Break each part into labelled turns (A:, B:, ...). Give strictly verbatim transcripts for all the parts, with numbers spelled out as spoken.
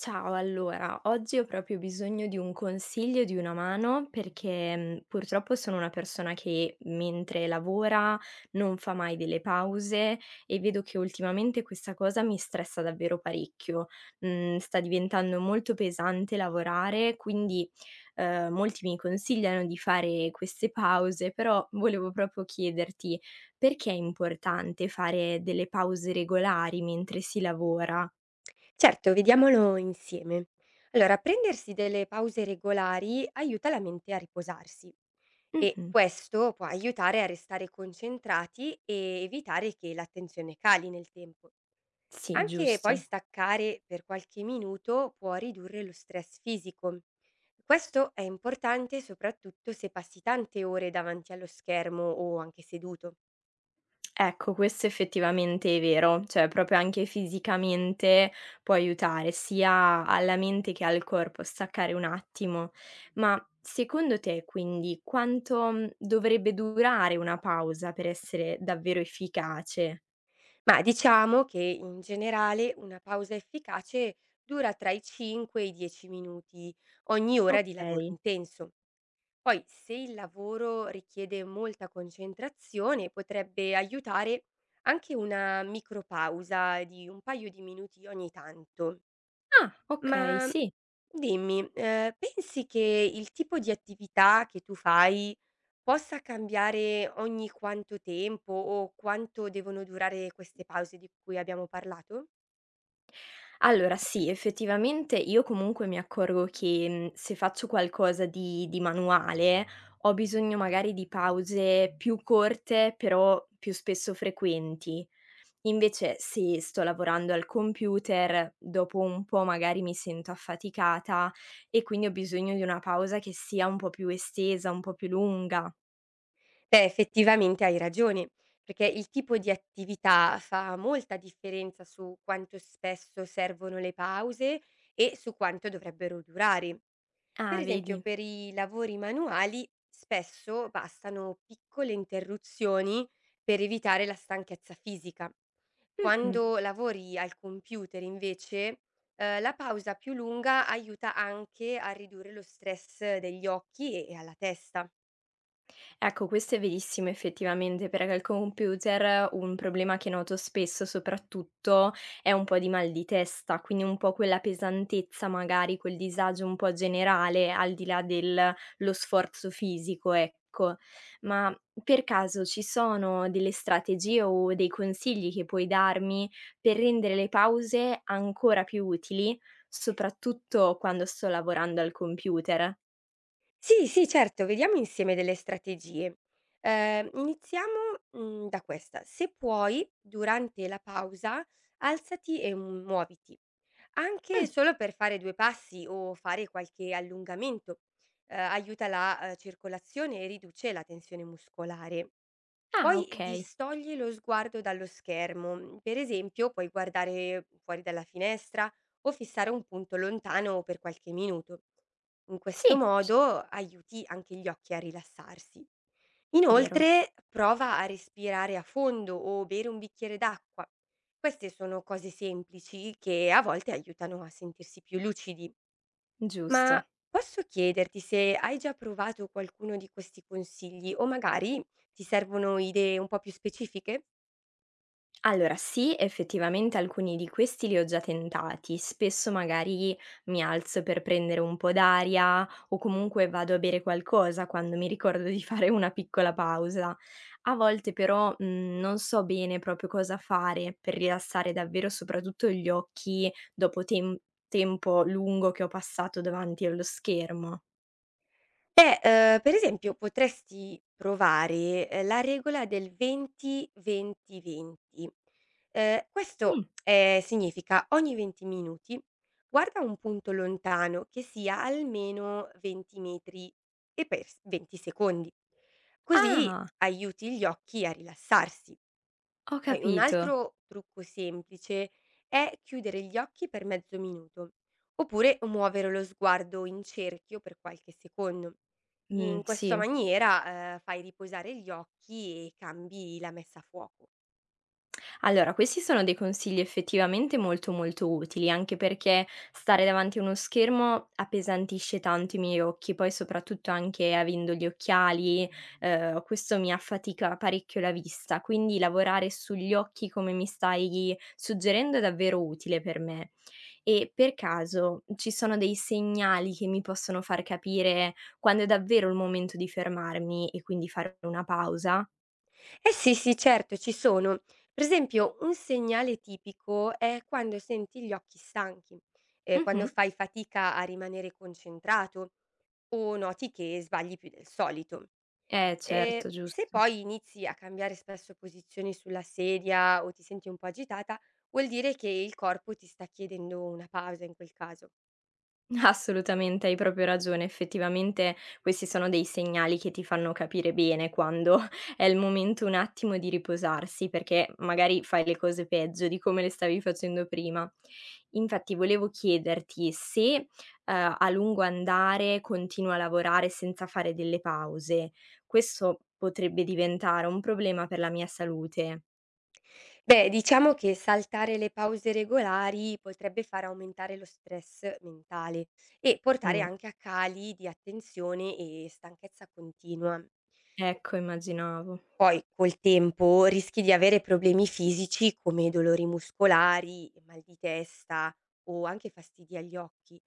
A: Ciao, allora, oggi ho proprio bisogno di un consiglio e di una mano perché, mhmm, purtroppo sono una persona che mentre lavora non fa mai delle pause e vedo che ultimamente questa cosa mi stressa davvero parecchio. Mhmm, sta diventando molto pesante lavorare, quindi, ehm, molti mi consigliano di fare queste pause, però volevo proprio chiederti: perché è importante fare delle pause regolari mentre si lavora?
B: Certo, vediamolo insieme. Allora, prendersi delle pause regolari aiuta la mente a riposarsi e
A: Mh-mh.
B: questo può aiutare a restare concentrati e evitare che l'attenzione cali nel tempo.
A: Sì,
B: Anche poi
A: giusto.
B: staccare per qualche minuto può ridurre lo stress fisico. Questo è importante soprattutto se passi tante ore davanti allo schermo o anche seduto.
A: Ecco, questo effettivamente è vero, cioè proprio anche fisicamente può aiutare sia alla mente che al corpo, staccare un attimo. Ma secondo te, quindi, quanto, mhmm, dovrebbe durare una pausa per essere davvero efficace?
B: Ma diciamo che in generale una pausa efficace dura tra i 5 e i 10 minuti ogni ora di lavoro
A: Okay.
B: intenso. Poi se il lavoro richiede molta concentrazione potrebbe aiutare anche una micropausa di un paio di minuti ogni tanto.
A: Ah, okay,
B: Ma
A: sì.
B: dimmi, eh, pensi che il tipo di attività che tu fai possa cambiare ogni quanto tempo o quanto devono durare queste pause di cui abbiamo parlato?
A: Allora sì, effettivamente io comunque mi accorgo che, mhmm, se faccio qualcosa di di manuale, ho bisogno magari di pause più corte, però più spesso frequenti. Invece se sto lavorando al computer, dopo un po' magari mi sento affaticata e quindi ho bisogno di una pausa che sia un po' più estesa, un po' più lunga.
B: Beh, effettivamente hai ragione, perché il tipo di attività fa molta differenza su quanto spesso servono le pause e su quanto dovrebbero durare. Per
A: Ah,
B: esempio,
A: vedi.
B: per i lavori manuali spesso bastano piccole interruzioni per evitare la stanchezza fisica.
A: Mh-mh.
B: Quando lavori al computer invece, ehm, la pausa più lunga aiuta anche a ridurre lo stress degli occhi e e alla testa.
A: Ecco, questo è verissimo effettivamente, perché al computer un problema che noto spesso soprattutto è un po' di mal di testa, quindi un po' quella pesantezza magari, quel disagio un po' generale, al di là del lo sforzo fisico, ecco. Ma per caso ci sono delle strategie o dei consigli che puoi darmi per rendere le pause ancora più utili, soprattutto quando sto lavorando al computer?
B: Sì, sì, certo, vediamo insieme delle strategie. Ehm, iniziamo, mhmm, da questa: se puoi, durante la pausa alzati e mm, muoviti, anche
A: Mh,
B: solo per fare 2 passi o fare qualche allungamento, ehm, aiuta la, ehm, circolazione e riduce la tensione muscolare.
A: ah
B: Poi
A: okay,
B: distogli lo sguardo dallo schermo, mhmm, per esempio puoi guardare fuori dalla finestra o fissare un punto lontano per qualche minuto. In questo
A: sì, c
B: modo aiuti anche gli occhi a rilassarsi.
A: vero.
B: Inoltre prova a respirare a fondo o bere un bicchiere d'acqua. Queste sono cose semplici che a volte aiutano a sentirsi più lucidi. Ma
A: Giusto.
B: posso chiederti se hai già provato qualcuno di questi consigli o magari ti servono idee un po' più specifiche?
A: Allora sì, effettivamente alcuni di questi li ho già tentati. Spesso magari mi alzo per prendere un po' d'aria o comunque vado a bere qualcosa quando mi ricordo di fare una piccola pausa. A volte però mh, non so bene proprio cosa fare per rilassare davvero soprattutto gli occhi dopo tem- tempo lungo che ho passato davanti allo schermo.
B: Beh, ehm, per esempio potresti provare, ehm, la regola del venti venti-venti. Ehm, questo,
A: Mm.
B: ehm, significa ogni 20 minuti guarda un punto lontano che sia almeno 20 metri e per s 20 secondi. Così
A: Ah,
B: aiuti gli occhi a rilassarsi.
A: ho
B: Poi un
A: capito.
B: altro trucco semplice è chiudere gli occhi per mezzo minuto, oppure muovere lo sguardo in cerchio per qualche secondo.
A: Mm,
B: In questa
A: sì.
B: maniera, eh, fai riposare gli occhi e cambi la messa a fuoco.
A: Allora, questi sono dei consigli effettivamente molto, molto utili, anche perché stare davanti a uno schermo appesantisce tanto i miei occhi, poi soprattutto anche avendo gli occhiali, ehm, questo mi affatica parecchio la vista, quindi lavorare sugli occhi come mi stai suggerendo è davvero utile per me. E per caso ci sono dei segnali che mi possono far capire quando è davvero il momento di fermarmi e quindi fare una pausa?
B: Eh sì, sì, certo, ci sono. Per esempio, un segnale tipico è quando senti gli occhi stanchi, eh, quando
A: Mh-mh.
B: fai fatica a rimanere concentrato o noti che sbagli più del solito.
A: Eh
B: Ehm,
A: certo,
B: se
A: giusto.
B: poi inizi a cambiare spesso posizioni sulla sedia o ti senti un po' agitata, vuol dire che il corpo ti sta chiedendo una pausa in quel caso.
A: Assolutamente, hai proprio ragione. Effettivamente questi sono dei segnali che ti fanno capire bene quando è il momento un attimo di riposarsi, perché magari fai le cose peggio di come le stavi facendo prima. Infatti volevo chiederti se, eh, a lungo andare continua a lavorare senza fare delle pause. Questo potrebbe diventare un problema per la mia salute.
B: Beh, diciamo che saltare le pause regolari potrebbe far aumentare lo stress mentale e portare
A: Mm.
B: anche a cali di attenzione e stanchezza continua.
A: Ecco, immaginavo.
B: Poi col tempo rischi di avere problemi fisici come dolori muscolari, mal di testa o anche fastidi agli occhi,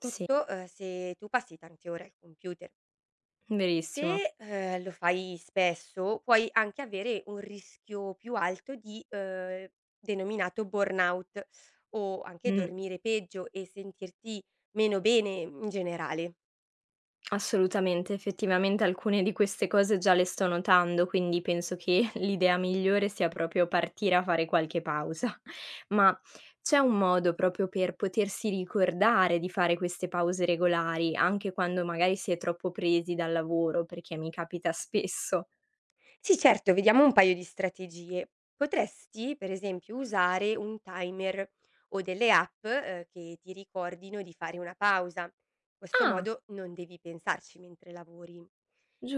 A: Sì,
B: eh, se tu passi tante ore al computer.
A: verissimo.
B: Se eh, lo fai spesso puoi anche avere un rischio più alto di eh, denominato burnout o anche
A: Mm.
B: dormire peggio e sentirti meno bene in generale.
A: Assolutamente, effettivamente alcune di queste cose già le sto notando, quindi penso che l'idea migliore sia proprio partire a fare qualche pausa. Ma c'è un modo proprio per potersi ricordare di fare queste pause regolari, anche quando magari si è troppo presi dal lavoro, perché mi capita spesso.
B: Sì, certo, vediamo un paio di strategie. Potresti, per esempio, usare un timer o delle app eh, che ti ricordino di fare una pausa. In questo
A: Ah,
B: modo non devi pensarci mentre lavori.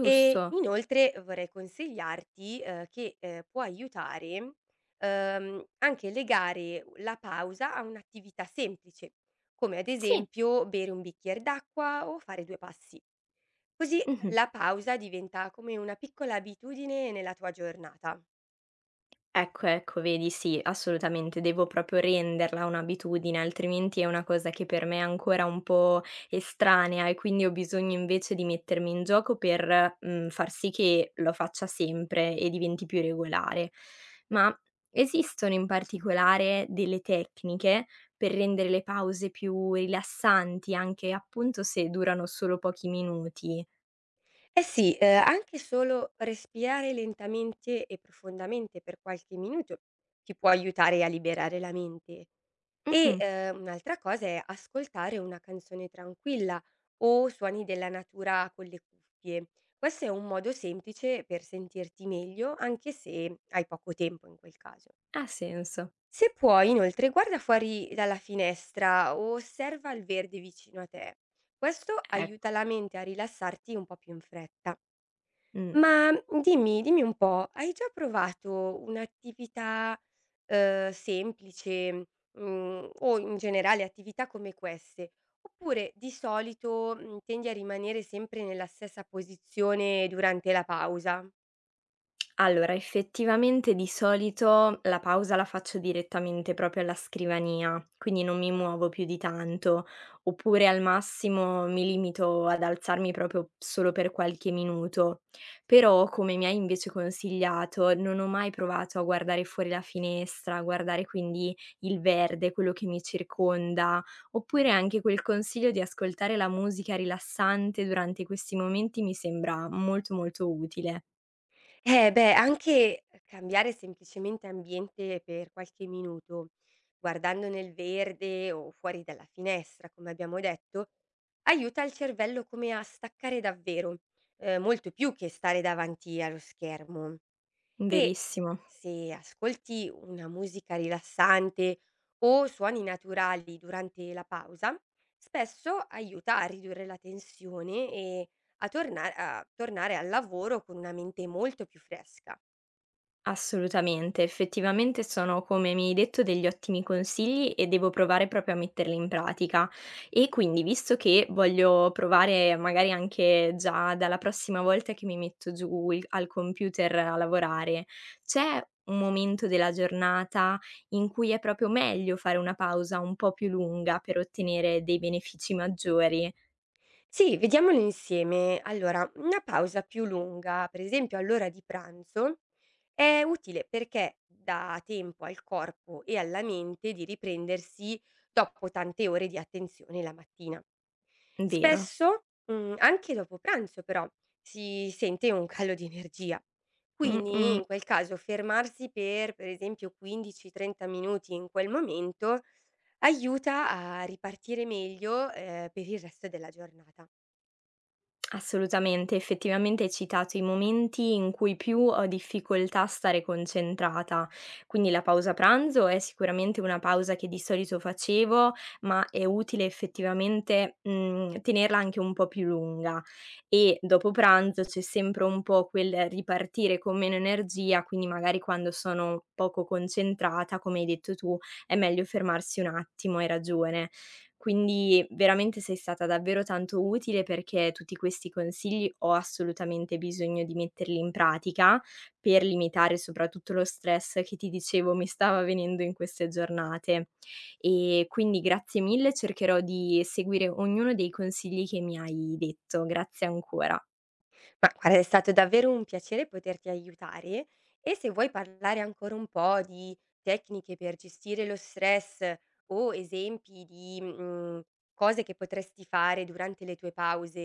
B: E inoltre vorrei consigliarti eh, che eh, può aiutare ehm, anche legare la pausa a un'attività semplice, come ad
A: Sì.
B: esempio bere un bicchiere d'acqua o fare due passi. Così
A: Mhm.
B: la pausa diventa come una piccola abitudine nella tua giornata.
A: Ecco, ecco, vedi, sì, assolutamente, devo proprio renderla un'abitudine, altrimenti è una cosa che per me è ancora un po' estranea e quindi ho bisogno invece di mettermi in gioco per, mhmm, far sì che lo faccia sempre e diventi più regolare. Ma esistono in particolare delle tecniche per rendere le pause più rilassanti, anche appunto se durano solo pochi minuti?
B: Eh sì, ehm, anche solo respirare lentamente e profondamente per qualche minuto ti può aiutare a liberare la mente. E,
A: Mh-mh,
B: ehm, un'altra cosa è ascoltare una canzone tranquilla o suoni della natura con le cuffie. Questo è un modo semplice per sentirti meglio, anche se hai poco tempo in quel caso.
A: ha senso,
B: Se puoi, inoltre, guarda fuori dalla finestra o osserva il verde vicino a te. Questo aiuta
A: ecco,
B: la mente a rilassarti un po' più in fretta.
A: mh.
B: Ma mhmm, dimmi, dimmi un po', hai già provato un'attività, ehm, semplice, mhmm, o in generale attività come queste? Oppure di solito, mhmm, tendi a rimanere sempre nella stessa posizione durante la pausa?
A: Allora, effettivamente di solito la pausa la faccio direttamente proprio alla scrivania, quindi non mi muovo più di tanto, oppure al massimo mi limito ad alzarmi proprio solo per qualche minuto. Però, come mi hai invece consigliato, non ho mai provato a guardare fuori la finestra, a guardare quindi il verde, quello che mi circonda, oppure anche quel consiglio di ascoltare la musica rilassante durante questi momenti mi sembra molto molto utile.
B: Eh beh, anche cambiare semplicemente ambiente per qualche minuto, guardando nel verde o fuori dalla finestra, come abbiamo detto, aiuta il cervello come a staccare davvero, eh, molto più che stare davanti allo schermo. E
A: Verissimo.
B: se ascolti una musica rilassante o suoni naturali durante la pausa, spesso aiuta a ridurre la tensione e a, torna- a tornare al lavoro con una mente molto più fresca.
A: Assolutamente, effettivamente sono, come mi hai detto, degli ottimi consigli e devo provare proprio a metterli in pratica. E quindi, visto che voglio provare magari anche già dalla prossima volta che mi metto giù il- al computer a lavorare, c'è un momento della giornata in cui è proprio meglio fare una pausa un po' più lunga per ottenere dei benefici maggiori,
B: Sì, vediamolo insieme. Allora, una pausa più lunga, per esempio all'ora di pranzo, è utile perché dà tempo al corpo e alla mente di riprendersi dopo tante ore di attenzione la mattina.
A: vero?
B: Spesso, mhmm, anche dopo pranzo però, si sente un calo di energia.
A: Mm,
B: Quindi
A: mm.
B: in quel caso fermarsi per, per esempio 15, 30 minuti in quel momento, aiuta a ripartire meglio, ehm, per il resto della giornata.
A: Assolutamente, effettivamente hai citato i momenti in cui più ho difficoltà a stare concentrata, quindi la pausa pranzo è sicuramente una pausa che di solito facevo, ma è utile effettivamente, mhmm, tenerla anche un po' più lunga e dopo pranzo c'è sempre un po' quel ripartire con meno energia, quindi magari quando sono poco concentrata, come hai detto tu, è meglio fermarsi un attimo, hai ragione. Quindi veramente sei stata davvero tanto utile perché tutti questi consigli ho assolutamente bisogno di metterli in pratica per limitare soprattutto lo stress che ti dicevo mi stava venendo in queste giornate. E quindi grazie mille, cercherò di seguire ognuno dei consigli che mi hai detto. Grazie ancora.
B: Ma guarda, è stato davvero un piacere poterti aiutare e se vuoi parlare ancora un po' di tecniche per gestire lo stress o esempi di mm, cose che potresti fare durante le tue pause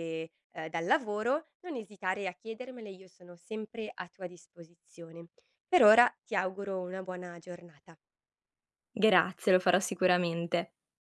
B: eh, dal lavoro, non esitare a chiedermele, io sono sempre a tua disposizione. Per ora ti auguro una buona giornata.
A: Grazie, lo farò sicuramente.